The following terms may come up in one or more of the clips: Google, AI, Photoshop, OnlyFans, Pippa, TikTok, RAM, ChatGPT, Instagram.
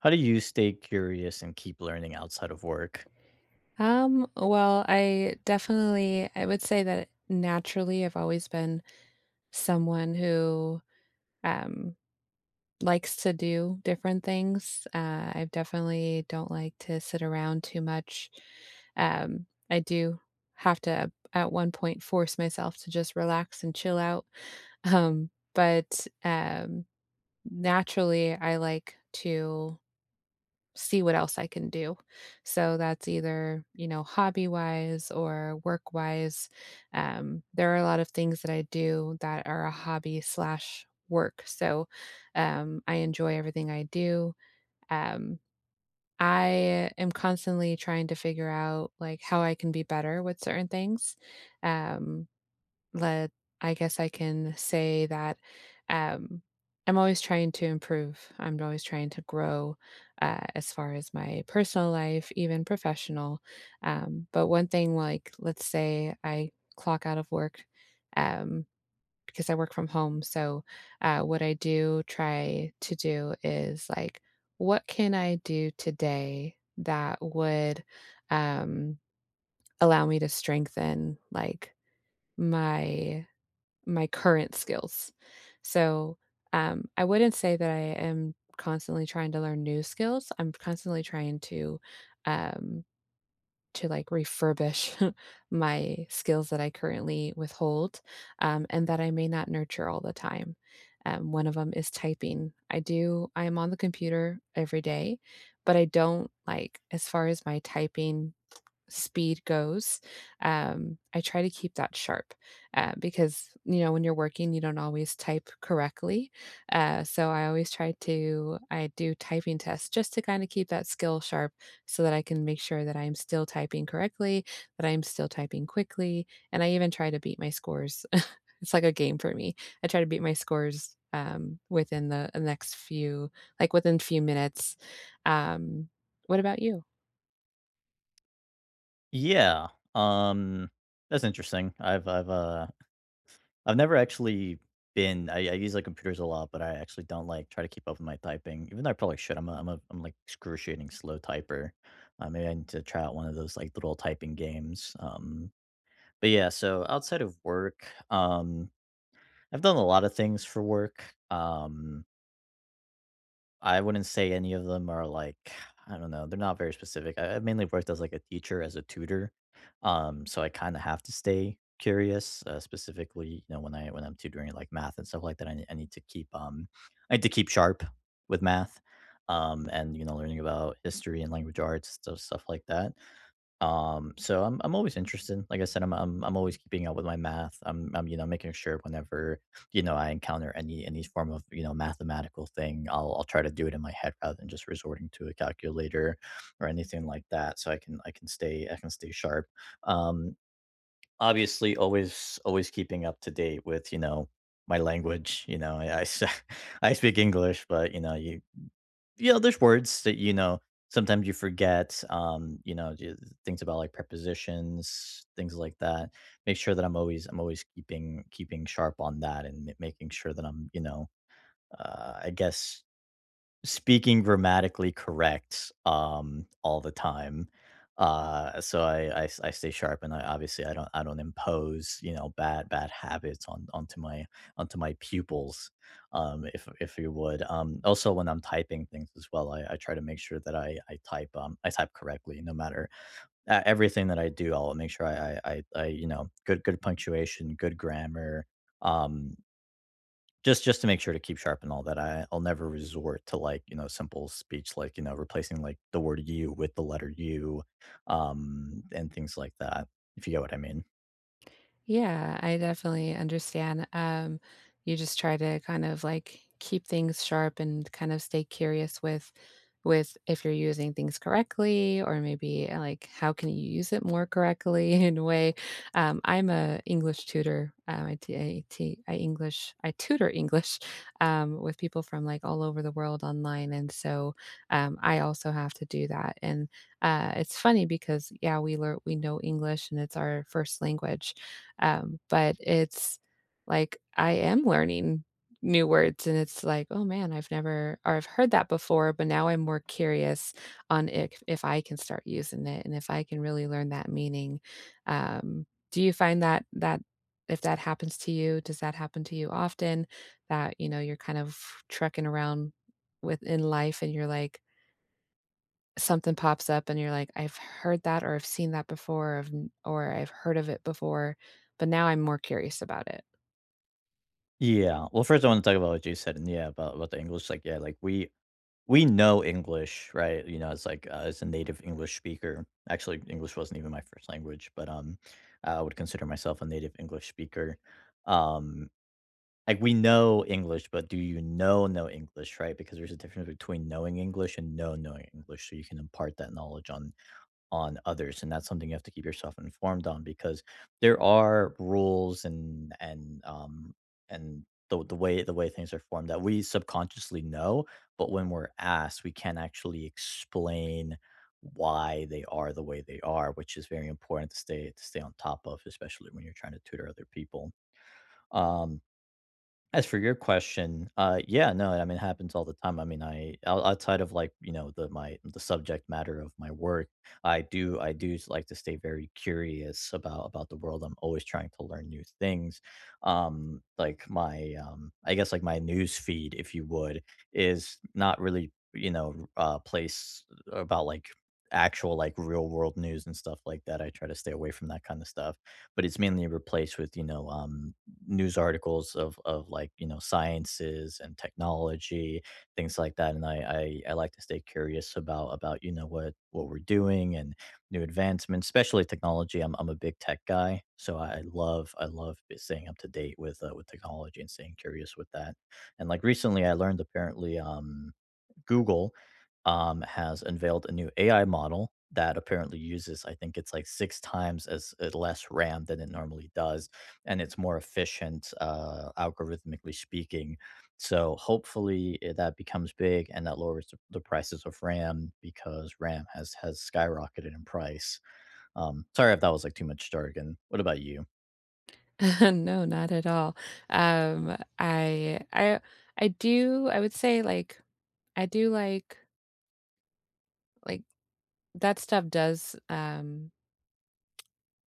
How do you stay curious and keep learning outside of work? Well, I would say that naturally I've always been someone who um likes to do different things. I definitely don't like to sit around too much. I do have to at one point force myself to just relax and chill out. But naturally I like to see what else I can do. So that's either, you know, hobby wise or work wise. There are a lot of things that I do that are a hobby slash work. So I enjoy everything I do. Um, I am constantly trying to figure out like how I can be better with certain things. Um, let I guess I can say that um, I'm always trying to improve. I'm always trying to grow as far as my personal life, even professional. But one thing, like, let's say I clock out of work um, because I work from home. So, what I do try to do is like, what can I do today that would um, allow me to strengthen, like, my my current skills. So, I wouldn't say that I am constantly trying to learn new skills. I'm constantly trying to, um, to like refurbish my skills that I currently withhold, and that I may not nurture all the time. One of them is typing. I am on the computer every day, but I don't like, as far as my typing speed goes, I try to keep that sharp because, you know, when you're working, you don't always type correctly. I do typing tests just to kind of keep that skill sharp so that I can make sure that I'm still typing correctly, that I'm still typing quickly. And I even try to beat my scores. It's like a game for me. I try to beat my scores within the next few, like within few minutes. Um, what about you? Yeah, um, that's interesting. I've never actually been. I use like computers a lot, but I actually don't like try to keep up with my typing, even though I probably should. I'm like excruciating slow typer. Maybe I need to try out one of those like little typing games. But yeah, so outside of work, I've done a lot of things for work. Um, I wouldn't say any of them are like I don't know, they're not very specific. I mainly worked as like a teacher, as a tutor, so I kind of have to stay curious. Specifically, you know, when I when I'm tutoring like math and stuff like that, I need to keep I need to keep sharp with math, and you know, learning about history and language arts stuff like that. So I'm always interested. Like I said, I'm always keeping up with my math. I'm you know making sure whenever you know I encounter any form of you know mathematical thing, I'll try to do it in my head rather than just resorting to a calculator or anything like that. So I can stay sharp. Um, Obviously, always keeping up to date with you know my language. You know I speak English, but you know you know, there's words that, you know, sometimes you forget, you know, things about like prepositions, things like that. Make sure that I'm always keeping, keeping sharp on that and making sure that I'm, you know, I guess speaking grammatically correct, all the time. So I stay sharp, and I obviously, I don't impose, you know, bad habits on onto my pupils, if you would. Also, when I'm typing things as well, I try to make sure that I type, I type correctly no matter e everything that I do, I'll make sure you know, good punctuation, good grammar, um just to make sure to keep sharp and all that, I'll never resort to, like, you know, simple speech, like, you know, replacing, like, the word "you" with the letter "u," and things like that, if you get what I mean. Yeah, I definitely understand. You just try to kind of like keep things sharp and kind of stay curious with if you're using things correctly or maybe like how can you use it more correctly in a way. I'm a English tutor. I tutor English with people from like all over the world online, and so I also have to do that. And it's funny because yeah, we learn we know English and it's our first language but it's like I am learning new words and it's like, oh man, I've never or I've heard that before, but now I'm more curious on if I can start using it and if I can really learn that meaning. Um, do you find that that if that happens to you, does that happen to you often that, you know, you're kind of trucking around within life and you're like, something pops up and you're like, "I've heard that or I've seen that before, or I've heard of it before, but now I'm more curious about it." Yeah. Well, first I wanna talk about what you said, and yeah, about the English, like, yeah, like, we know English, right? You know, it's like, as a native English speaker actually, English wasn't even my first language, but, I would consider myself a native English speaker, um. Like, we know English, but do you know English, right? Because there's a difference between knowing English and knowing English, so you can impart that knowledge on others, and that's something you have to keep yourself informed on because there are rules and the way things are formed that we subconsciously know, but when we're asked, we can't actually explain why they are the way they are, which is very important to stay on top of, especially when you're trying to tutor other people. Um as for your question, yeah, no, I mean, it happens all the time. I mean, outside of like you know the subject matter of my work, like to stay very curious about the world. I'm always trying to learn new things. Like my I guess like my news feed, if you would, is not really you know place about like actual like real world news and stuff like that. I try to stay away from that kind of stuff, but it's mainly replaced with you know news articles of like you know sciences and technology things like that and I like to stay curious about you know what we're doing and new advancements, especially technology. I'm a big tech guy so I love staying up to date with technology and staying curious with that, and like recently I learned apparently Google, has unveiled a new AI model that apparently uses, I think it's like 6 times as less RAM than it normally does, and it's more efficient, algorithmically speaking. So hopefully that becomes big and that lowers the prices of RAM, because RAM has skyrocketed in price. Sorry if that was like too much jargon. What about you? No, not at all. Um, I I I do I would say, like, I do like, that stuff does,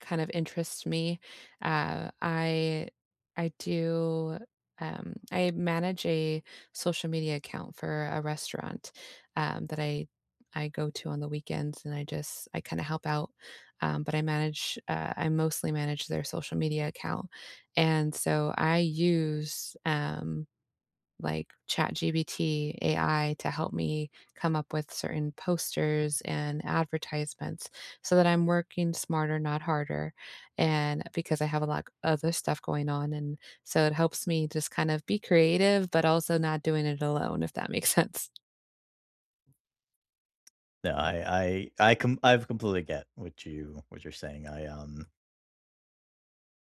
kind of interests me. Uh, I I do I manage a social media account for a restaurant that I go to on the weekends, and I just I kind of help out. But I manage I mostly manage their social media account, and so I use. Like ChatGPT AI to help me come up with certain posters and advertisements so that I'm working smarter, not harder. And because I have a lot other stuff going on. And so it helps me just kind of be creative, but also not doing it alone, if that makes sense. No, I've completely get what you what you're saying. I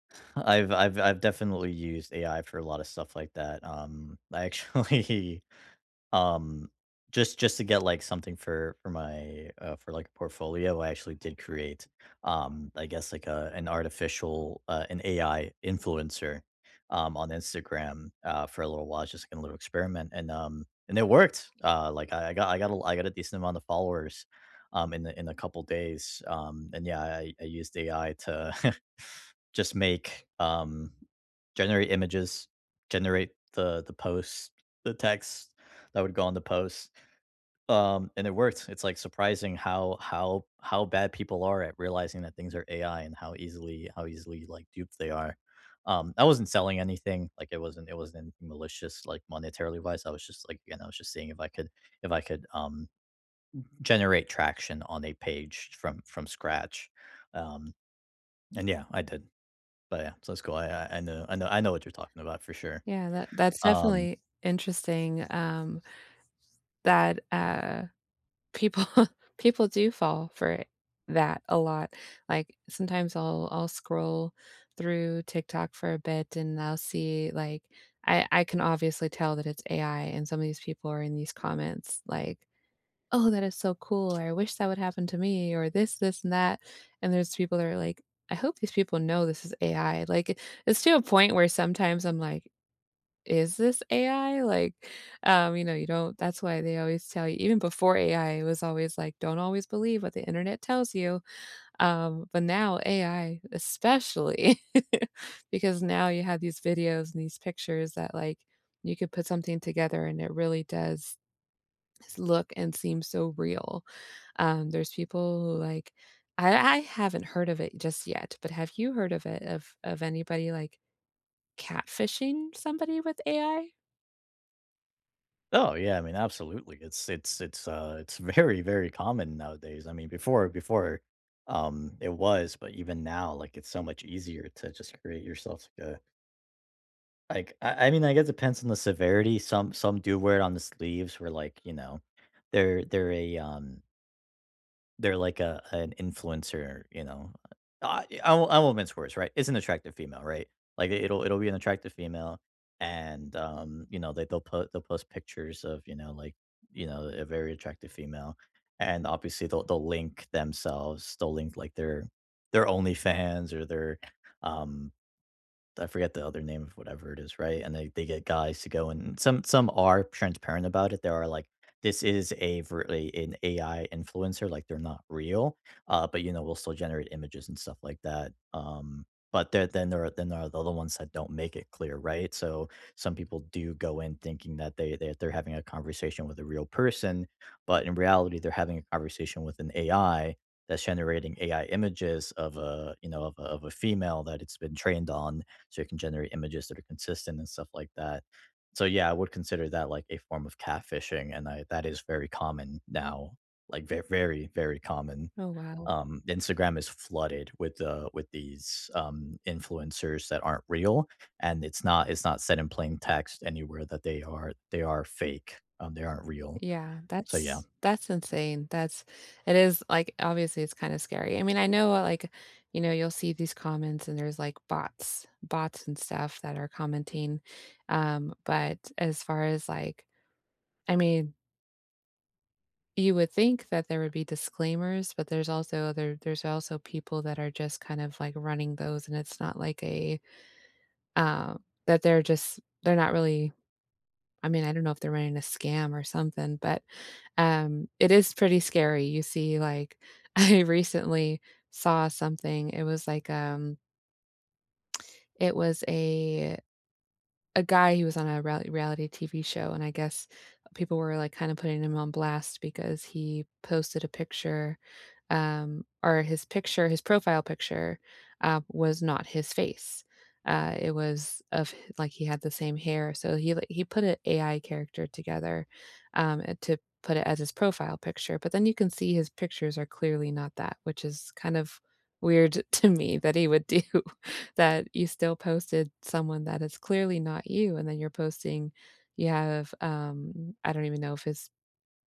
I've definitely used AI for a lot of stuff like that. I actually um just to get like something for my for like a portfolio, I actually did create I guess like a an artificial an AI influencer on Instagram for a little while, just like a little experiment, and it worked. Like I got a decent amount of followers. In a couple days, and yeah, I used AI to just make generate images, generate the posts, the text that would go on the posts. And it worked. It's like surprising how how bad people are at realizing that things are AI and how easily like duped they are. I wasn't selling anything. Like it wasn't anything malicious, like monetarily wise. I was just like again, I was just seeing if I could generate traction on a page from scratch. Um, and yeah, I did. But yeah, so that's cool. I know what you're talking about for sure. Yeah, that's Um, definitely interesting. That People people do fall for it, that a lot. Like, sometimes I'll scroll through TikTok for a bit and I'll see, like I can obviously tell that it's AI and some of these people are in these comments like, "Oh, that is so cool," or "I wish that would happen to me," or this, and that, and there's people that are like, "I hope these people know this is AI." Like, it's to a point where sometimes I'm like, is this AI? Like, you know, you don't that's why they always tell you even before AI, it was always like, don't always believe what the internet tells you. But now AI especially because now you have these videos and these pictures that like you could put something together and it really does look and seem so real. There's people who like I haven't heard of it just yet, but have you heard of it of anybody like catfishing somebody with AI? oh yeah, I mean, absolutely. It's it's very, very common nowadays. I mean, before it was, but even now, like it's so much easier to just create yourself like a like I mean, I guess it depends on the severity. Some do wear it on the sleeves where like, you know, they're a they're like a an influencer, you know? I won't mince words, right? It's an attractive female, right? Like, it'll be an attractive female, and, you know, they'll put they'll post pictures of, you know, like, you know, a very attractive female, and obviously, they'll link themselves, they'll link, like, their OnlyFans or their, um I forget the other name of whatever it is, right? And they get guys to go, and some are transparent about it. There are like this is a really an AI influencer, like they're not real, but you know we'll still generate images and stuff like that. But there, then there are the other ones that don't make it clear, right? So some people do go in thinking that they're having a conversation with a real person, but in reality they're having a conversation with an AI that's generating AI images of a you know of of a female that it's been trained on, so you can generate images that are consistent and stuff like that. So yeah, I would consider that like a form of catfishing, and I, that is very common now, like very, very, very common. Oh wow. Instagram is flooded with these influencers that aren't real, and it's not said in plain text anywhere that they are fake, they aren't real. Yeah, So yeah, that's insane. That's it is like obviously it's kind of scary. I mean, I know like, you know, you'll see these comments and there's like bots and stuff that are commenting. But as far as like, I mean, you would think that there would be disclaimers, but there's also there's also people that are just kind of like running those and it's not like a that they're just they're not really I mean, I don't know if they're running a scam or something, but, it is pretty scary. You see, like, I recently saw something, it was like, it was a guy who was on a reality TV show, and I guess people were, like, kinda putting him on blast because he posted a picture, or his picture his profile picture, was not his face. It was of h like, he had the same hair, so he put an AI character together, to put it as his profile picture, but then you can see his pictures are clearly not that, which is kind of weird to me that he would do that you still posted someone that is clearly not you, and then you're posting you have, I don't even know if his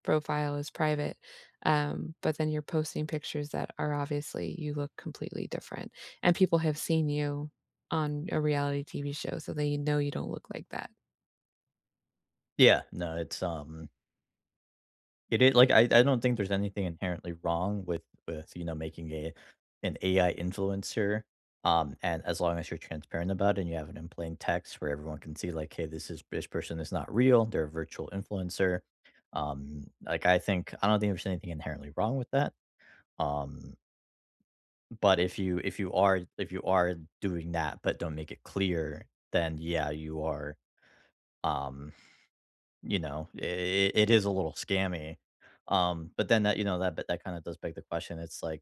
profile is private, but then you're posting pictures that are obviously you look completely different, and people have seen you on a reality TV show, so they know you don't look like that. yeah, no, it's it is like I don't think there's anything inherently wrong with you know, making a an AI influencer, and as long as you're transparent about it and you have it in plain text where everyone can see, like, "Hey, this person is not real, they're a virtual influencer." Like, I don't think there's anything inherently wrong with that, um, but if you are doing that but don't make it clear, then yeah, you are, um you know, it is a little scammy, but then that you know, that but that kinda does beg the question, it's like,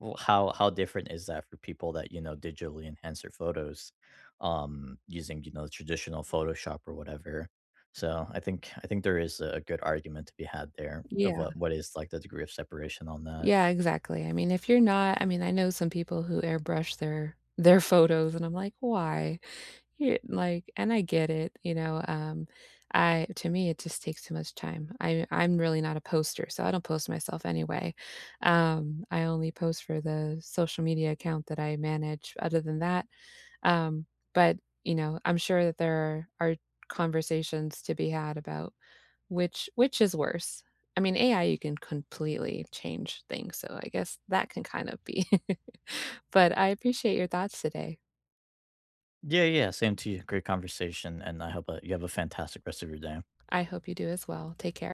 well, how different is that for people that, you know, digitally enhance their photos, using, you know, the traditional Photoshop or whatever? So, I think there is a good argument to be had there of Yeah. What is, like, the degree of separation on that. Yeah, exactly. I mean, if you're not I mean, I know some people who airbrush their photos, and I'm like, "Why?" You like and I get it, you know, I to me, it just takes too much time. I'm really not a poster, so I don't post myself anyway. I only post for the social media account that I manage other than that, um, but, you know, I'm sure that there are conversations to be had about which is worse? I mean, AI, you can completely change things, so I guess that can kind of be but I appreciate your thoughts today. Yeah, yeah, same to you, great conversation, and I hope that you have a fantastic rest of your day. I hope you do as well. Take care.